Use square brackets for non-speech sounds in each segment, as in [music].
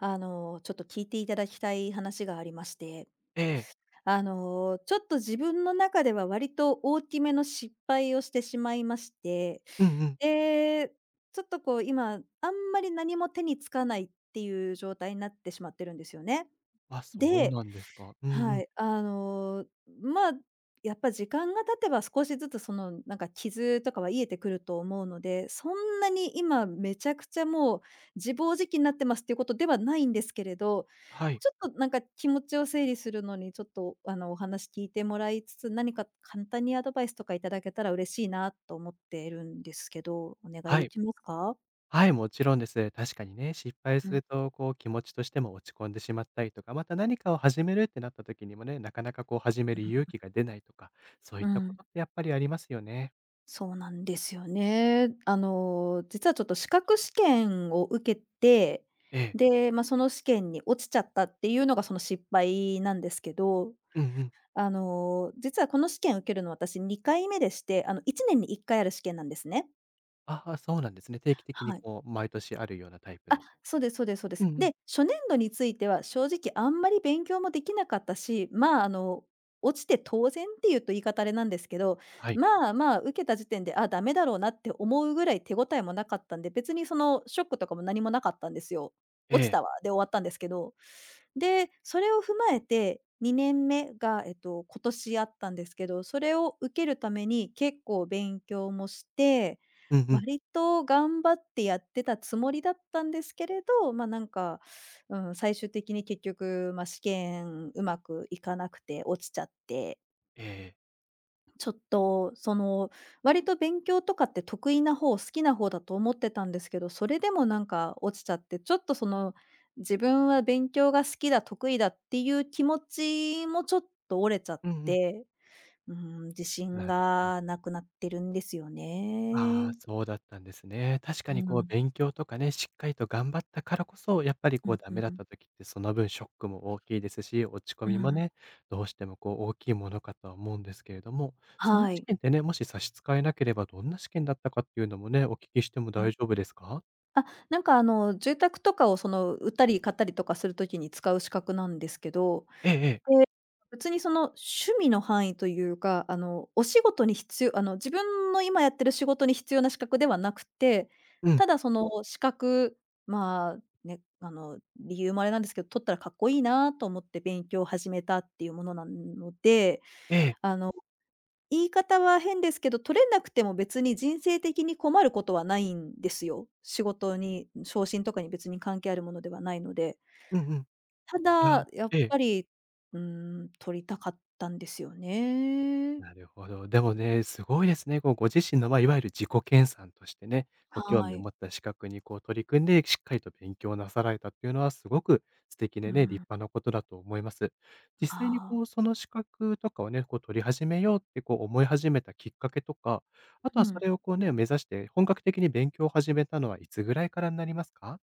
ちょっと聞いていただきたい話がありまして、ええ。ちょっと自分の中では割と大きめの失敗をしてしまいまして、うんうん。で、ちょっとこう今、んまり何も手につかないっていう状態になってしまってるんですよね。あ、そうで、なんですか。うんうはん。い、ま、あやっぱ時間が経てば少しずつなんか傷とかは癒えてくると思うので、そんなに今めちゃくちゃもう自暴自棄になってますっていうことではないんですけれど、はい。ちょっとなんか気持ちを整理するのにちょっとお話聞いてもらいつつ、何か簡単にアドバイスとかいただけたら嬉しいなと思っているんですけど、お願いはでい。きますか？はい、もちろんです。確かにね、失敗うすん、ると、こう、気持ちとしても落ち込んでしまったりとか、また何かを始めるってなった時にもね、なかなかこう始める勇気が出ないとか、そういっうたこん。とってやっぱりありますよね。そうなんですよね。実はちょっと資格試験を受けて、ええ。で、まあ、その試験に落ちちゃったっていうのがその失敗なんですけど、うんうん。実はこの試験受けるの私2回目でして、1年に1回ある試験なんですね。ああ、そうなんですね。定期的にはい。こう、毎年あるようなタイプあ、の。そうですそうですそうでうんす。うん。で、初年度については正直あんまり勉強もできなかったし、落ちて当然っていうと言い方あれなんですけど、はい。まあまあ、受けた時点で、あ、ダメだろうなって思うぐらい手応えもなかったんで、別にそのショックとかも何もなかったんですよ。え落ちえ。たわで終わったんですけど。で、それを踏まえて2年目が、今年あったんですけど、それを受けるために結構勉強もしてうんうん。割と頑張ってやってたつもりだったんですけれど、最終的に結局、ま、試験うまくいかなくて落ちちゃって、ええ。ちょっとその、割と勉強とかって得意な方、好きな方だと思ってたんですけど、それでもなんか落ちちゃって、ちょっとその、自分は勉強が好きだ、得意だっていう気持ちもちょっと折れちゃっうんうん。て、うん、自信なるほど。がなくなってるんですよああ、ね。そうだったんですね。確かうにこうん。勉強とかね、しっかりと頑張ったからこそ、やっぱりうこうんダメだうっん。た時ってその分ショックも大きいですし、落ち込うみもん、ね、どうしてもこう大きいものかとは思うんですけれども、そのは試い。験ってね、もし差し支えなければどんな試験だったかっていうのもね、お聞きしてもう大ん。丈夫ですか？あ、住宅とかを売ったり買ったりとかするときに使う資格なんですけど、ええええ。別にその趣味の範囲というか、あの、お仕事に必要あの、自分の今やってる仕事に必要な資格ではなくて、うん。ただその資格、まあ、ね、理由もあれなんですけど、取ったらかっこいいなと思って勉強を始めたっていうものなので、ええ。あの言い方は変ですけど、取れなくても別に人生的に困ることはないんですよ。仕事に、昇進とかに別に関係あるものではないので。うんうん。たいや、だ、やっええ。ぱり、うーん、取りたかったんですよね。なるほど。でもね、すごいですね。こうご自身の、まあ、いわゆる自己研鑽としてね、ご興は味をい。持った資格にこう取り組んで、しっかりと勉強なさられたっていうのはすごく素敵うでね、立ん、派なことだと思います。ま実際にこあ、う、その資格とかをね、こう取り始めようってこう思い始めたきっかけとか、あとうはそん。れをこうね、目指して本格的に勉強を始めたのはいつぐらいからになりますか？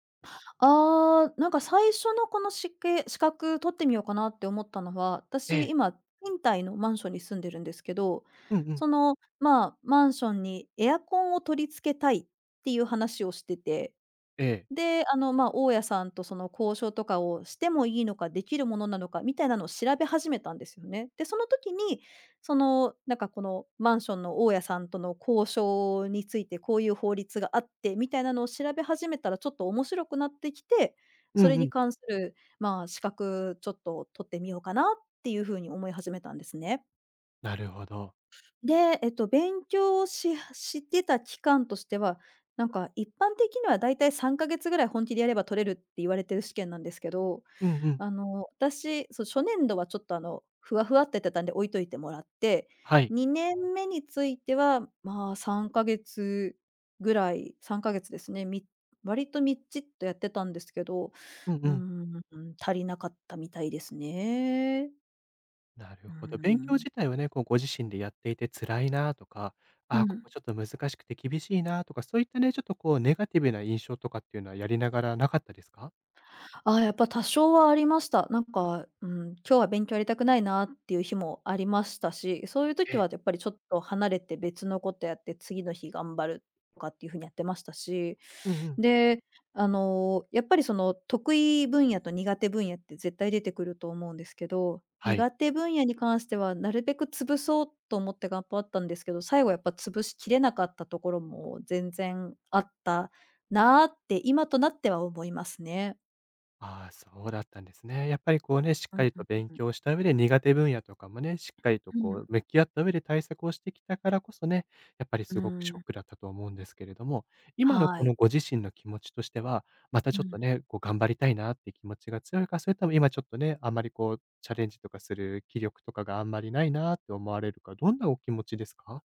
あー、なんか最初のこの資格取ってみようかなって思ったのは、え私え。今、賃貸のマンションに住んでるんですけど、うんうん。その、まあ、マンションにエアコンを取り付けたいっていう話をしてて、ええ。で、大家さんとその交渉とかをしてもいいのか、できるものなのかみたいなのを調べ始めたんですよね。で、その時に、なんかこのマンションの大家さんとの交渉について、こういう法律があってみたいなのを調べ始めたらちょっと面白くなってきて、うそんれうにん。関する、まあ、資格ちょっと取ってみようかなっていうふうに思い始めたんですね。なるほど。で、勉強をししてた期間としては、なんか一般的にはだいたい3か月ぐらい本気でやれば取れるって言われてる試験なんですけど、うんうん。私、そう、初年度はちょっとふわふわってやってたんで置いといてもらって、はい。2年目については、まあ、3か月ですね、割とみっちっとやってたんですけど、うんううーん。ん、足りなかったみたいですね。なるうーほど。勉強ん。自体はね、こうご自身でやっていて辛いなとか、あうあ、ここん。ちょっと難しくて厳しいなとか、そういったね、ちょっとこうネガティブな印象とかっていうのはやりながらなかったですか？ああ、やっぱ多少はありました。なんか、うん、今日は勉強やりたくないなっていう日もありましたし、そういうえ時え。はやっぱりちょっと離れて別のことやって次の日頑張るとかっていう風にやってましたし、うんうん。で、やっぱりその得意分野と苦手分野って絶対出てくると思うんですけど、はい。苦手分野に関してはなるべく潰そうと思って頑張ったんですけど、最後やっぱ潰しきれなかったところも全然あったなーって今となっては思いますね。ああ、そうだったんですね。やっぱりこうね、しっうかんりうとん勉うん。強した上で苦手分野とかもね、しっかりとうん。こう向き合った上で対策をしてきたからこそね、やっぱりうすごくショッん。クだったと思うんですけれども、今のはこのい。ご自身の気持ちとしては、またうちょっとん。ね、こう頑張りたいなって気持ちが強いか、それとも今ちょっとね、あんまりこうチャレンジとかする気力とかがあんまりないなって思われるか、どんなお気持ちですか？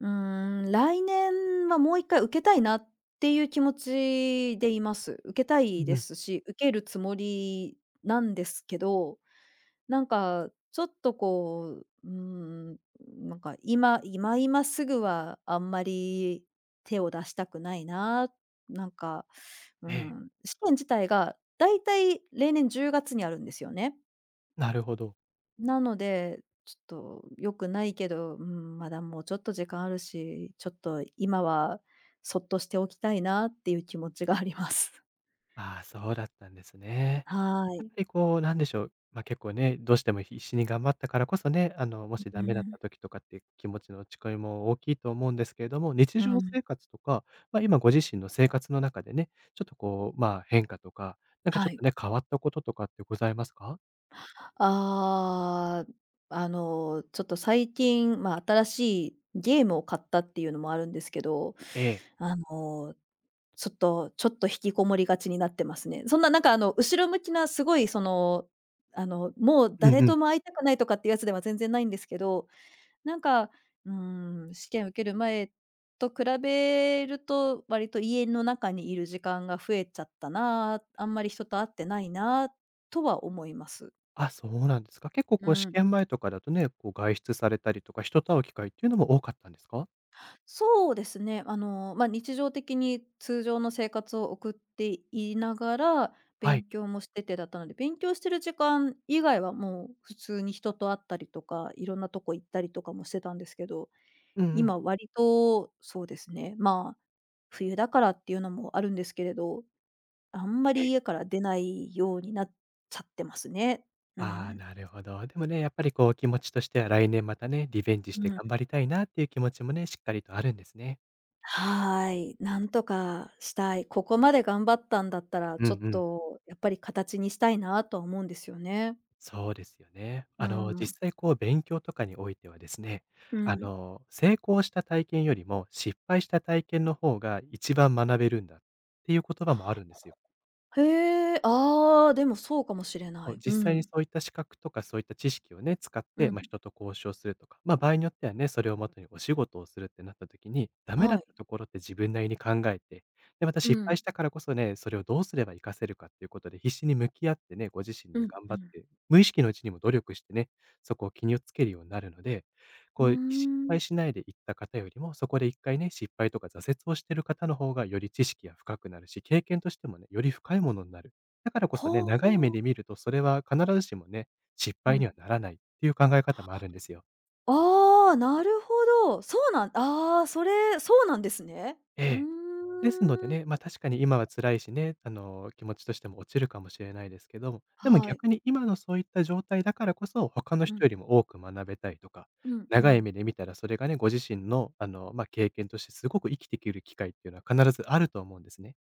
うーん、来年はもう一回受けたいなっていう気持ちでいます。受けたいうんうでん。すし、受けるつもりなんですけど、なんかちょっとこう、うーん、なんか今すぐはあんまり手を出したくないな、なんか、うええ、ん、試験自体がだいたい例年10月にあるんですよね。なるほど。なので、ちょっと良くないけど、うん、まだもうちょっと時間あるし、ちょっと今はそっとしておきたいなっていう気持ちがあります。[laughs] ああ、そうだったんですね。はやっい。ぱりこう、なんでしょう、ま、結構ね、どうしても必死に頑張ったからこそね、もしうダメだっん、た時とかって気持ちの落ち込みも大きいと思うんですけれども、日う常ん、生活とか、ま、今ご自身の生活の中でね、ちょっとこう、まあ、変化とか、なんかちはょっとい。ね、変わったこととかってございますか？ああ、ちょっと最近、まあ、新しいゲームを買ったっていうのもあるんですけど、ええ。あの、ちょっと引きこもりがちになってますね。そんななんか、後ろ向きなすごいその、もううん誰うん。とも会いたくないとかっていうやつでは全然ないんですけど、なんか、うーん、試験受ける前と比べると、割と家の中にいる時間が増えちゃったな、あんまり人と会ってないなとは思います。あ、そうなんですか。結構うこう試ん。験前とかだとね、こう外出されたりとか、人と会う機会っていうのも多かったんですか？そうですね。まあ、日常的に通常の生活を送っていながら、はい。勉強もしててだったので、勉強してる時間以外はもう普通に人と会ったりとか、いろんなとこ行ったりとかもしてたんですけどうんうん。今割と、そうですね、まあ、冬だからっていうのもあるんですけれど、あんまえ。り家から出ないようになっちゃってますね。うああ、ん。なるほど。でもね、やっぱりこう気持ちとしては来年またね、リベンジしうてん。頑張りたいなっていう気持ちもね、しっかりとあるんですね。はい、なんとかしたい。ここまで頑張ったんだったら、うんうちょっん。とやっぱり形にしたいなとは思うんですよね。そうですよね。うん。実際こう勉強とかにおいてはですね、うん。成功した体験よりも失敗した体験の方が一番学べるんだっていう言葉もあるんですよ。へえ、ああ、でもそうかもしれそなう、い。う実際にん。そういった資格とかそういった知識をね、使っうて、ん。まあ、人と交渉するとか、まあ、場合によってはね、それをもとにお仕事をするってなった時に、ダメだっはい。たところって自分なりに考えて、で、またう失敗ん。したからこそね、それをどうすれば活かせるかっていうことで必死に向き合ってね、ご自身うでん頑張うっん。て、無意識のうちにも努力してね、そこを気にをつけるようになるので、うこーう失敗ん。しないでいった方よりも、そこで一回ね、失敗とか挫折をしてる方の方がより知識が深くなるし、経験としてもね、より深いものになる。だからこそね、は長い目あ。で見ると、それは必ずしもね、失う敗にん。はならないっていう考え方もあるんですよ。ああ、なるほど。そうなんああ、そうなんですね。えうえ。ですのでーん。ね、確かに今は辛いしね、気持ちとしても落ちるかもしれないですけども、でもはい。逆に今のそういった状態だからこそ、他のう人ん、よりも多く学べたりとか、うん、う長いん。目で見たらそれがね、ご自身の、経験としてすごく生きてくる機会っていうのは必ずあると思うんですね。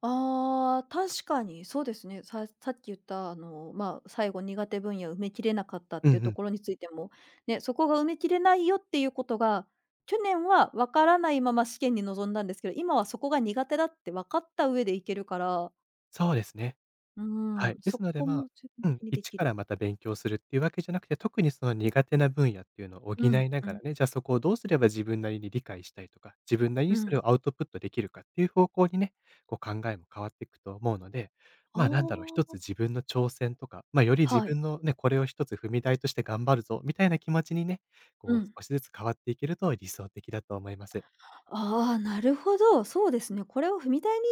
ああ、確かにそうですね。さっき言った、まあ、最後苦手分野埋めきれなかったっうんうていうとん。ころについても、ね、そこが埋めきれないよっていうことが、去年は分からないまま試験に臨んだんですけど、今はそこが苦手だって分かった上でいけるから、そうですね。うはい。ん、ですそので、こまもあ、自分うん、的にで一きからる。また勉強するっていうわけじゃなくて、特にその苦手な分野っていうのを補いうん、なうがらん、ね、じゃあそこをどうすれば自分なりに理解したいとか、自分なりうにそれん。をアウトプットできるかっていう方向にね、こう考えも変わっていくと思うので、あまあなんだろう、一つ自あ、分の挑戦とか、まあより自はい。分のね、これを一つ踏み台として頑張るぞ、みたいな気持ちにね、うこうん。少しずつ変わっていけると理想的だと思います。ああ、なるほど、そうですね。これを踏み台に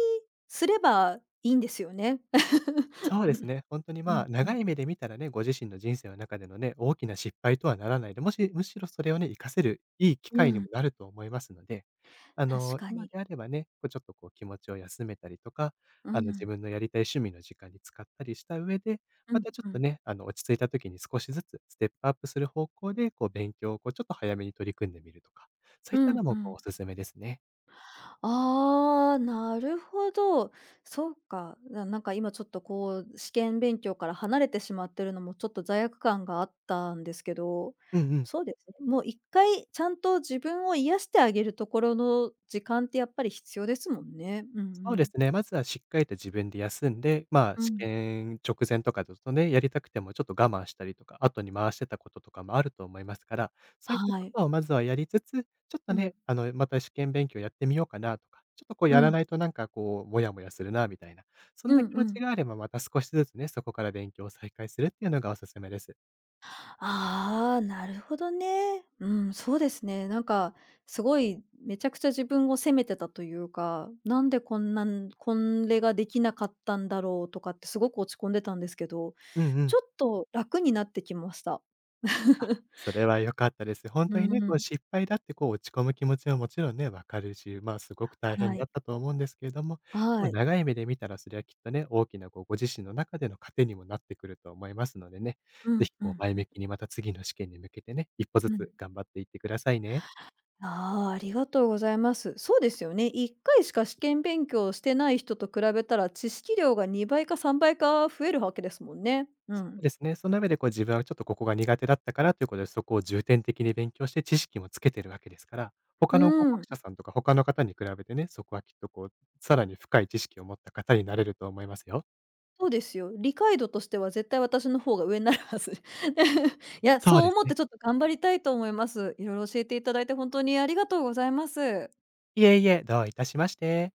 すればいいんですよね。そうです [laughs] ね。本当に、うまんあ、う長ん。い [laughs] 目で見たらね、ご自身の人生の中でのね、大きな失敗とはならないで、もし、むしろそれをね、活かせるいい機う会にもん、なると思いますので、確か今に。であればね、こう、ちょっとこう気持ちを休めたりとか、う自ん。分のやりたい趣味の時間に使ったりした上で、うまんたちょっうとん。ね、落ち着いた時に少しずつステップアップする方向で、こう勉強をこうちょっと早めに取り組んでみるとか、そういうったのんうもこうん。お勧めですね。ああ、なるほど。そうか。んか今ちょっとこう試験勉強から離れてしまってるのもちょっと罪悪感があったんですけど、うんうん。そうですね、もう一回ちゃんと自分を癒してあげるところの時間ってやっぱり必要ですもんね。うんそううでん。すね、まずはしっかりと自分で休んで、まあ、う試ん。験直前とかだとね、やりたくてもちょっと我慢したりとか、後に回してたこととかもあると思いますから、そういったはこい。とをまずはやりつつ、ちょっとうん。ね、また試験勉強やってみようかなとか、ちょっとこううやらん。ないとなんかこう、モヤモヤするなみたいな、そんうなん気持うちん。があればまた少しずつね、そこから勉強を再開するっていうのがおすすめです。ああ、なるほどね。うん、そうですね。なんか、すごいめちゃくちゃ自分を責めてたというか、なんでこんなんこれができなかったんだろうとかってすごく落ち込んでたんですけど、うんうちん。ょっと楽になってきました。[laughs] それは良かったです。本う当にね、こうん、失敗だってこう落ち込む気持ちはもちろんね、分かるし、まあ、すごく大変はだい。ったと思うんですけれども、ではもい。長い目で見たらそれはきっとね、大きなこうご自身の中での糧にもなってくると思いますのでね、うんぜひうこうん前うん。向きにまた次の試験に向けてね、一歩ずうつん。頑張っていってくださいね。ああ、ありがとうございます。そうですよね。1回しか試験勉強をしてない人と比べたら、知識量が2倍か3倍か増えるわけですもんね。うそうん。ですね。その上でこう自分はちょっとここが苦手だったからということで、そこを重点的に勉強して知識もつけてるわけですから、う他の合ん、格者さんとか他の方に比べてね、そこはきっとこう、さらに深い知識を持った方になれると思いますよ。そうですよ。理解度としては絶対私の方が上になるはず。[laughs] いや、そうそうです思っね。てちょっと頑張りたいと思います。色々教えていただいて本当にありがとうございます。いえいえ、どういたしまして。